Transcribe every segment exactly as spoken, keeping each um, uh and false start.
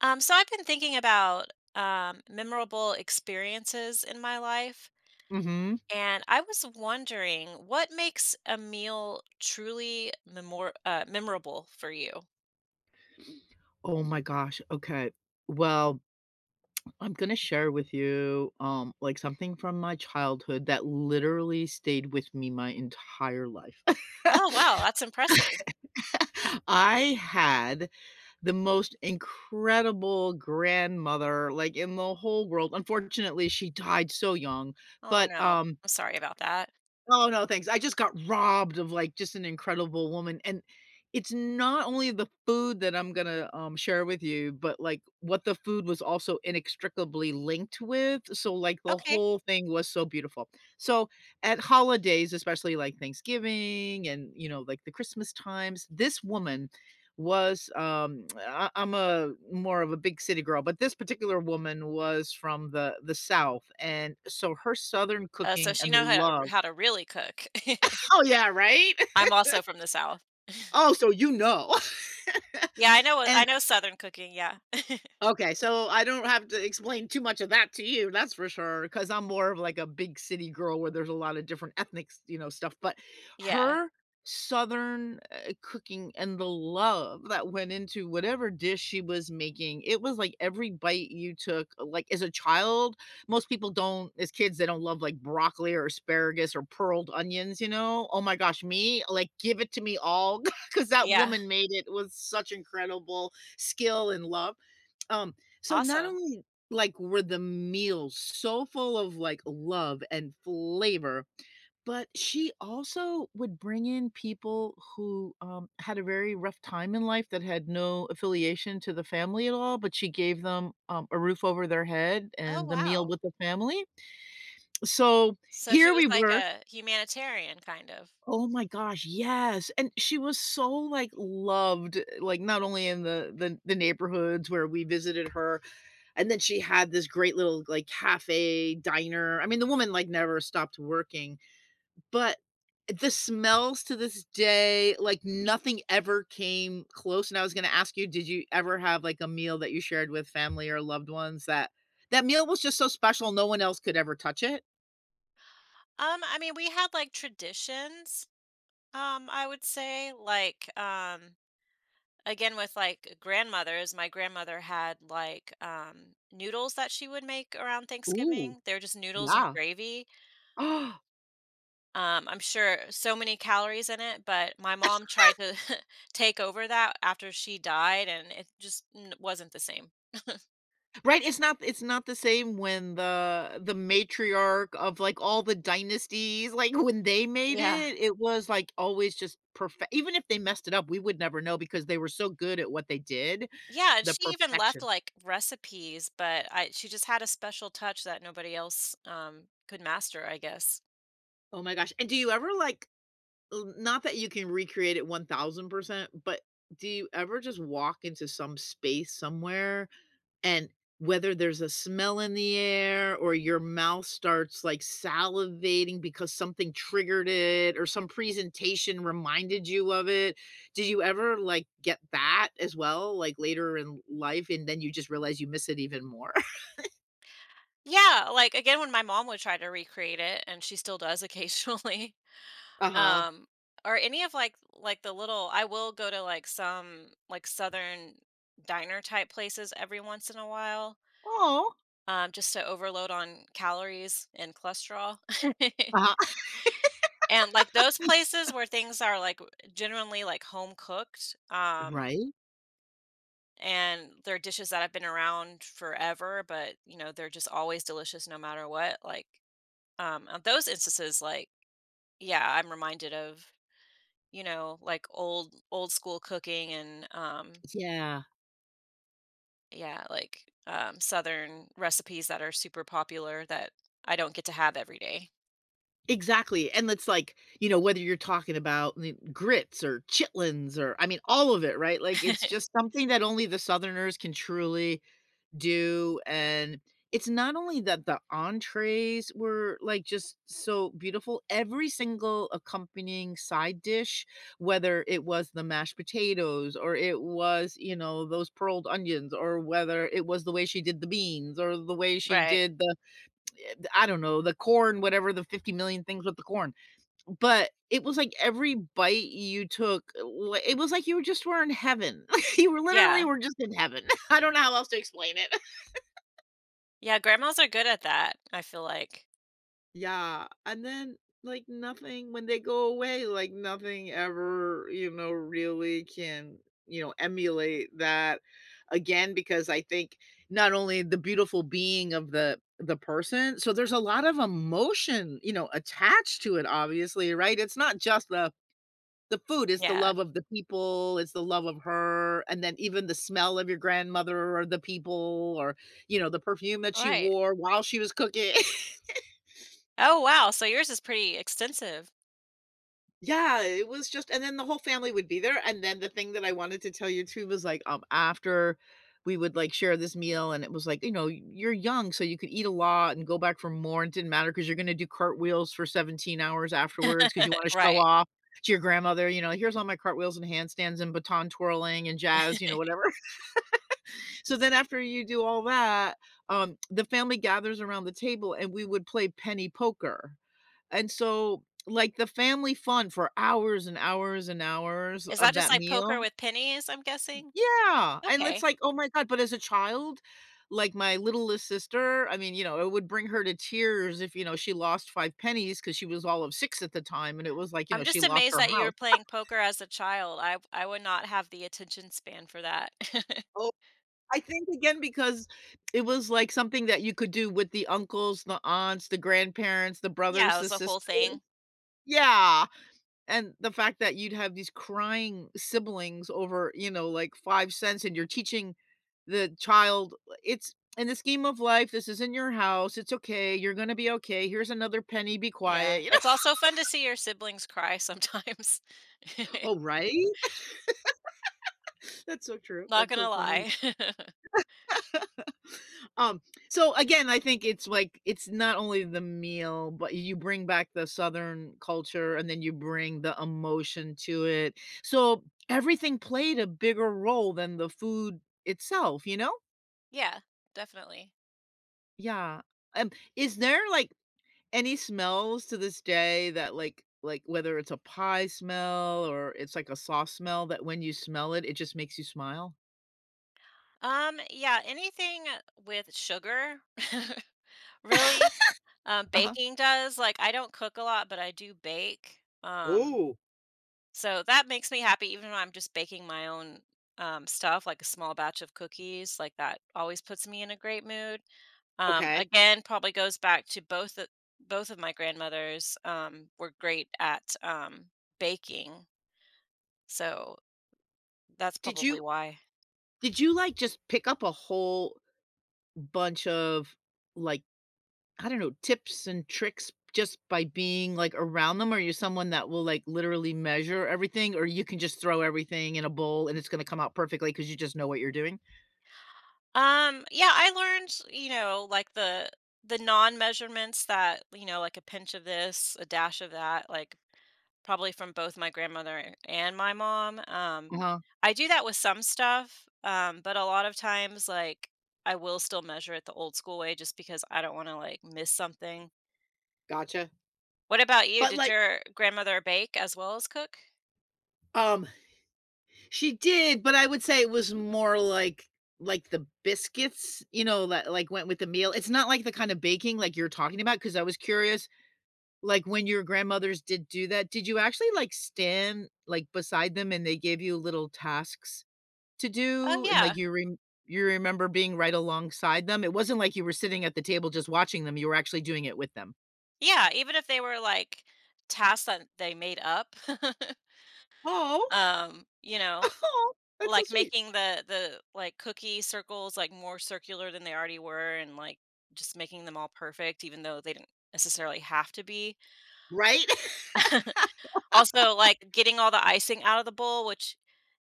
Um, so I've been thinking about um, memorable experiences in my life, Mhm. and I was wondering what makes a meal truly memor- uh, memorable for you? Oh my gosh, okay. Well, I'm gonna share with you, um, like, something from my childhood that literally stayed with me my entire life. Oh, wow, that's impressive. I had the most incredible grandmother, like, in the whole world. Unfortunately, she died so young, Oh, but, no, um I'm sorry about that. oh, no, thanks. I just got robbed of, like, just an incredible woman, and it's not only the food that I'm gonna, um, share with you, but, like, what the food was also inextricably linked with, so, like, the Okay. whole thing was so beautiful. So, at holidays, especially, like, Thanksgiving and, you know, like, the Christmas times, this woman was, um I I'm a more of a big city girl, but this particular woman was from the the South, and so her Southern Uh, so cooking she and the know how to, love. how to really cook. Oh, yeah, right? I'm also from the South. Oh, so you know. Yeah, I know. I And know Southern cooking. Yeah, okay, so I don't have to explain too much of that to you, that's for sure, because 'cause I'm more of like a big city girl where there's a lot of different ethnic, s you know, stuff, but yeah, her Southern, uh, cooking and the love that went into whatever dish she was making, it was like every bite you took, like, as a child, most people don't as kids, they don't love, like, broccoli or asparagus or pearled onions, you know? Oh my gosh, me, like, give it to me all, because that yeah. woman made it with such incredible skill and love. Um, so not Awesome. only, like, were the meals so full of, like, love and flavor, but she also would bring in people who, um, had a very rough time in life that had no affiliation to the family at all, but she gave them, um, a roof over their head Oh, and the meal wow. with the family. So So she here was we like were. a humanitarian, kind of. Oh my gosh, yes, and she was so, like, loved, like, not only in the the the neighborhoods where we visited her. And then she had this great little like cafe diner. I mean, the woman like never stopped working, but the smells to this day, like nothing ever came close. And I was going to ask you, did you ever have like a meal that you shared with family or loved ones that that meal was just so special no one else could ever touch it? Um, I mean, we had like traditions, um, I would say, like, um, again, with like grandmothers, my grandmother had like um, noodles that she would make around Ooh, Thanksgiving. They're just noodles and yeah. gravy. Um, I'm sure so many calories in it, but my mom tried to take over that after she died, and it just n- wasn't the same. Right, it's not it's not the same when the the matriarch of, like, all the dynasties, like, when they made Yeah. it, it was, like, always just perfect even if they messed it up, we would never know because they were so good at what they did, Yeah, and the she even left perfection. like recipes, but I she just had a special touch that nobody else um could master, I guess. Oh my gosh, and do you ever, like l not that you can recreate it one thousand percent, but do you ever just walk into some space somewhere. And whether there's a smell in the air or your mouth starts like salivating because something triggered it or some presentation reminded you of it. Did you ever like get that as well, like later in life, and then you just realize you miss it even more? Yeah, like, again, when my mom would try to recreate it, and she still does occasionally. Uh-huh. um, or any of, like like, the little I will go to, like, some, like, southern diner type places every once in a while, Oh. um, just to overload on calories and cholesterol. Uh-huh. And, like, those places where things are, like, genuinely, like, home cooked, um, Right? and they're dishes that have been around forever, but, you know, they're just always delicious no matter what, like, um, on those instances, like yeah, I'm reminded of, you know, like old old school cooking and um Yeah. yeah, like um southern recipes that are super popular that I don't get to have every day. Exactly. And it's like, you know, whether you're talking about the grits or chitlins or I mean all of it, right? Like it's just something that only the southerners can truly do. And it's not only that the entrees were like just so beautiful, every single accompanying side dish, whether it was the mashed potatoes or it was you know those pearled onions, or whether it was the way she did the beans or the way she Right. did the I don't know the corn, whatever the fifty million things with the corn, but it was like every bite you took, wa- it was like you just were in heaven, you were literally Yeah. were just in heaven. I don't know how else to explain it. Yeah, grandmas are good at that, I feel like. Yeah, and then, like, nothing when they go away, like, nothing ever, you know, really can, you know, emulate that again because I think not only the beautiful being of the the person, so there's a lot of emotion, you know, attached to it, obviously, right? It's not just the the food, it's the Yeah. love of the people, it's the love of her, and then even the smell of your grandmother or the people or, you know, the perfume that she Right. wore while she was cooking. Oh, wow. So yours is pretty extensive. Yeah, it was just and then the whole family would be there, and then the thing that I wanted to tell you too was, like, um, after we would, like, share this meal, and it was like, you know, you're young, so you could eat a lot and go back for more, it didn't matter because 'cause you're gonna do cartwheels for seventeen hours afterwards because you wanna show Right. off to your grandmother, you know, "Here's all my cartwheels and handstands and baton twirling and jazz," you know, whatever. So then after you do all that, um, the family gathers around the table, and we would play penny poker. And so, like, the family fun for hours and hours and hours Is that of just that like poker meal. with pennies, I'm guessing? Yeah, and it's Okay. like, "Oh my god," but as a child, like, my littlest sister, I mean, you know, it would bring her to tears if, you know, she lost five pennies because she was all of six at the time, and it was like, you I'm know, she just lost amazed her that you were house. playing poker as a child. I I would not have the attention span for that. Oh, I think again because it was, like, something that you could do with the uncles, the aunts, the grandparents, the Yeah, brothers, it the was a sisters. whole thing. Yeah. And the fact that you'd have these crying siblings over, you know, like five cents, and you're teaching the child it's in the scheme of life, this isn't your house, it's okay, you're gonna be okay, here's another penny, be Yeah. quiet, you know? It's also fun to see your siblings cry sometimes. Oh, right? That's so true, Not that's so gonna funny. lie. Um, so again, I think it's like it's not only the meal, but you bring back the Southern culture and then you bring the emotion to it. So everything played a bigger role than the food itself, you know? Yeah, definitely. Yeah. Um, is there, like, any smells to this day that, like like, whether it's a pie smell or it's like a sauce smell that when you smell it, it just makes you smile? Um, yeah, anything with sugar, really, um, Uh-huh. baking does, like, I don't cook a lot, but I do bake, um, Oh. so that makes me happy even when I'm just baking my own, um, stuff, like a small batch of cookies, like, that always puts me in a great mood. Um, okay. again, probably goes back to both of both of my grandmothers, um, were great at, um, baking, so that's Did probably you why. Did you, like, just pick up a whole bunch of, like, I don't know, tips and tricks just by being, like, around them? Are you someone that will, like, literally measure everything, or you can just throw everything in a bowl and it's gonna come out perfectly because you just know what you're doing? Um, yeah, I learned, you know, like, the the non-measurements that, you know, like, a pinch of this, a dash of that, like, probably from both my grandmother and my mom, um, Uh-huh, I do that with some stuff, um, but a lot of times, like, I will still measure it the old school way just because I don't wanna, like, miss something. gotcha. What about you? But, Did like, your grandmother bake as well as cook? um, she did, but I would say it was more like like the biscuits, you know, that, like, went with the meal. It's not like the kind of baking like you're talking about because I was curious. Like, when your grandmothers did do that, did you actually, like, stand, like, beside them and they gave you little tasks to Oh, do, and, like, yeah. you rem you remember being right alongside them? It wasn't like you were sitting at the table just watching them, you were actually doing it with them. Yeah, even if they were, like, tasks that they made up. Oh, um, you know, oh, that's so like sweet. making the the, like, cookie circles, like, more circular than they already were and, like, just making them all perfect even though they didn't necessarily have to be. Right? Also, like, getting all the icing out of the bowl, which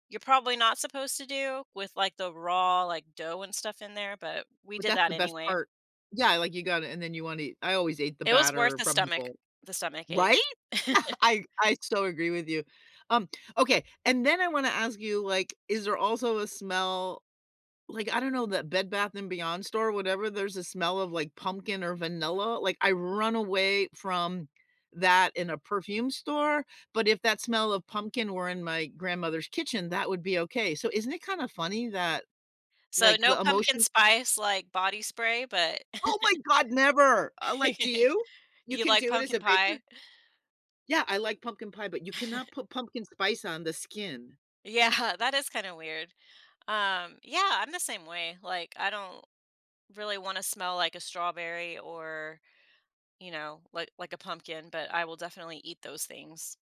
you're probably not supposed to do with, like, the raw, like, dough and stuff in there, but we But did that's that the best anyway. part. Yeah, like, you got it, and then you wanna eat. I always ate the It was worth batter the from the stomach bowl. the stomach ache. Right? I I so agree with you. Um, okay, and then I wanna ask you, like, is there also a smell. Like, I don't know, that Bed Bath& and Beyond store, whatever, there's a smell of, like, pumpkin or vanilla, like, I run away from that in a perfume store, but if that smell of pumpkin were in my grandmother's kitchen, that would be okay. So isn't it kinda funny that, So, like, no the pumpkin emotion. spice, like, body spray, but Oh my god, never! Uh, like, do you? You you can like do it as pumpkin a baker? pie? Yeah, I like pumpkin pie, but you cannot put pumpkin spice on the skin. Yeah, that is kinda weird. Um, yeah, I'm the same way, like, I don't really wanna smell like a strawberry or, you know, like like a pumpkin, but I will definitely eat those things.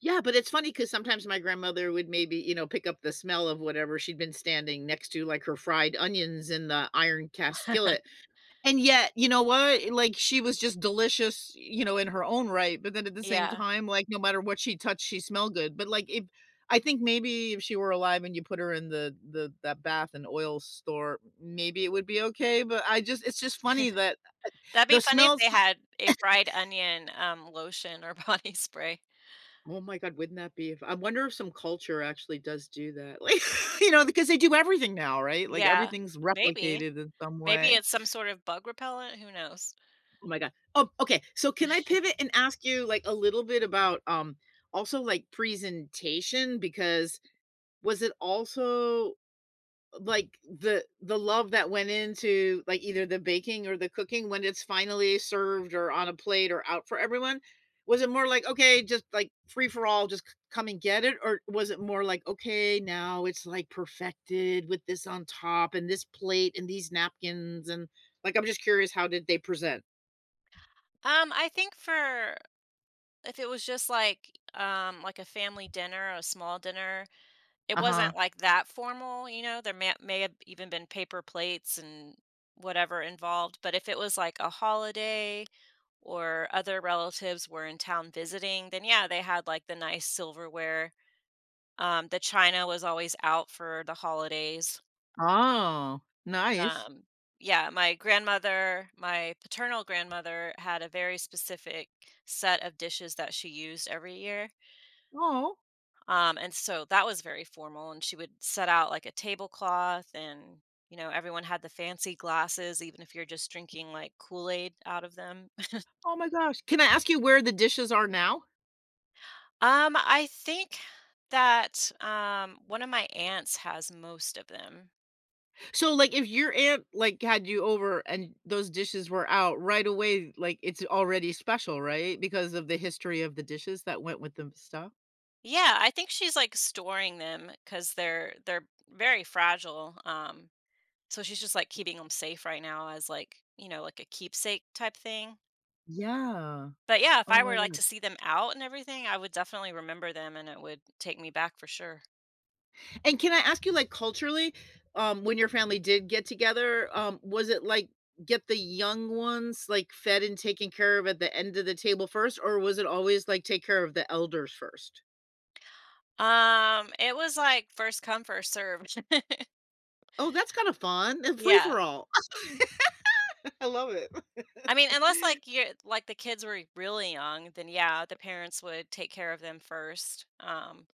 Yeah, but it's funny because sometimes my grandmother would maybe, you know, pick up the smell of whatever she'd been standing next to, like her fried onions in the iron cast skillet, and yet, you know what? Like, she was just delicious, you know, in her own right, but then at the same Yeah. time, like, no matter what she touched, she smelled good, but, like, if I think maybe if she were alive and you put her in the the that bath and oil store, maybe it would be okay, but I just it's just funny that That'd be the funny if smells. they had a fried onion, um, lotion or body spray. Oh my god, wouldn't that be if I wonder if some culture actually does do that, like, you know, because they do everything now, right? Like, Yeah, everything's maybe. replicated in some Maybe way. it's some sort of bug repellent, who knows? Oh my god. Oh, okay, so can I pivot and ask you, like, a little bit about, um, also, like, presentation? Because was it also like the the love that went into like either the baking or the cooking when it's finally served or on a plate or out for everyone, was it more like okay just like free for all, just c- come and get it, or was it more like okay now it's like perfected with this on top and this plate and these napkins, and like I'm just curious how did they present. Um, I think for if it was just like um like a family dinner, a small dinner, it Uh-huh. wasn't like that formal, you know. There may may have even been paper plates and whatever involved, but if it was like a holiday or other relatives were in town visiting, then yeah, they had like the nice silverware. Um, the china was always out for the holidays. Oh, nice. Um, yeah, my grandmother, my paternal grandmother had a very specific set of dishes that she used every year. Oh, Um, and so that was very formal. And she would set out like a tablecloth and, you know, everyone had the fancy glasses, even if you're just drinking like Kool Aid out of them. oh my gosh. Can I ask you where the dishes are now? Um, I think that um, one of my aunts has most of them. So, like, if your aunt, like, had you over and those dishes were out right away, like, it's already special, right? Because of the history of the dishes that went with the stuff? Yeah, I think she's like storing them because they're they're very fragile. Um, So she's just like keeping them safe right now as like, you know, like a keepsake type thing. Yeah. But yeah, if Oh I my were like god. to see them out and everything, I would definitely remember them and it would take me back for sure. And can I ask you, like, culturally, um, when your family did get together, um, was it like get the young ones, like, fed and taken care of at the end of the table first, or was it always like take care of the elders first? Um, it was like first come, first serve. Oh, that's kind of fun. And free for Yeah. all. I love it. I mean, unless like you are like the kids were really young, then yeah, the parents would take care of them first. Um,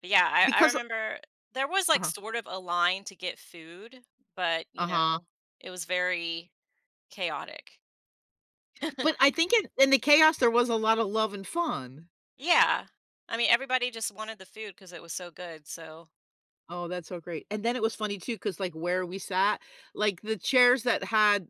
but yeah, I, I Because remember there was like uh-huh. sort of a line to get food, but you Uh-huh. know, it was very chaotic. But I think in in the chaos, there was a lot of love and fun. Yeah. I mean, everybody just wanted the food because it was so good, so Oh, that's so great, and then it was funny too, cause like, where we sat, like, the chairs that had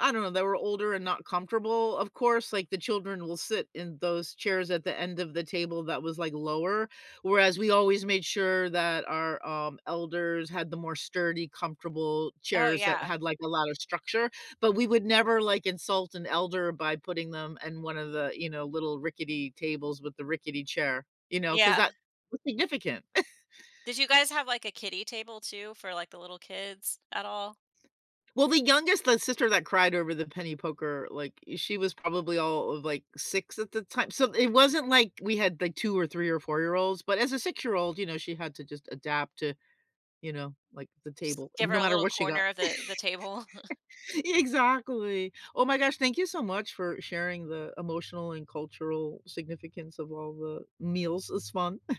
I don't know, that were older and not comfortable, of course, like, the children will sit in those chairs at the end of the table that was, like, lower, whereas we always made sure that our, um, elders had the more sturdy, comfortable oh, chairs that yeah. had, like, a lot of structure, but we would never, like, insult an elder by putting them in one of the, you know, little rickety tables with the rickety chair, you know, because Yeah. that was significant. Did you guys have, like, a kiddie table too for, like, the little kids at all? Well, the youngest, the sister that cried over the penny poker, like, she was probably all of, like, six at the time, so it wasn't like we had, like, two or three or four-year-olds, but as a six-year-old, you know, she had to just adapt to, you know, like, the Just table, give her no a matter little what she got. corner of the the table? Exactly. Oh my gosh, thank you so much for sharing the emotional and cultural significance of all the meals, it's fun.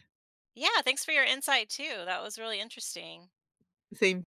Yeah, thanks for your insight too, that was really interesting. Same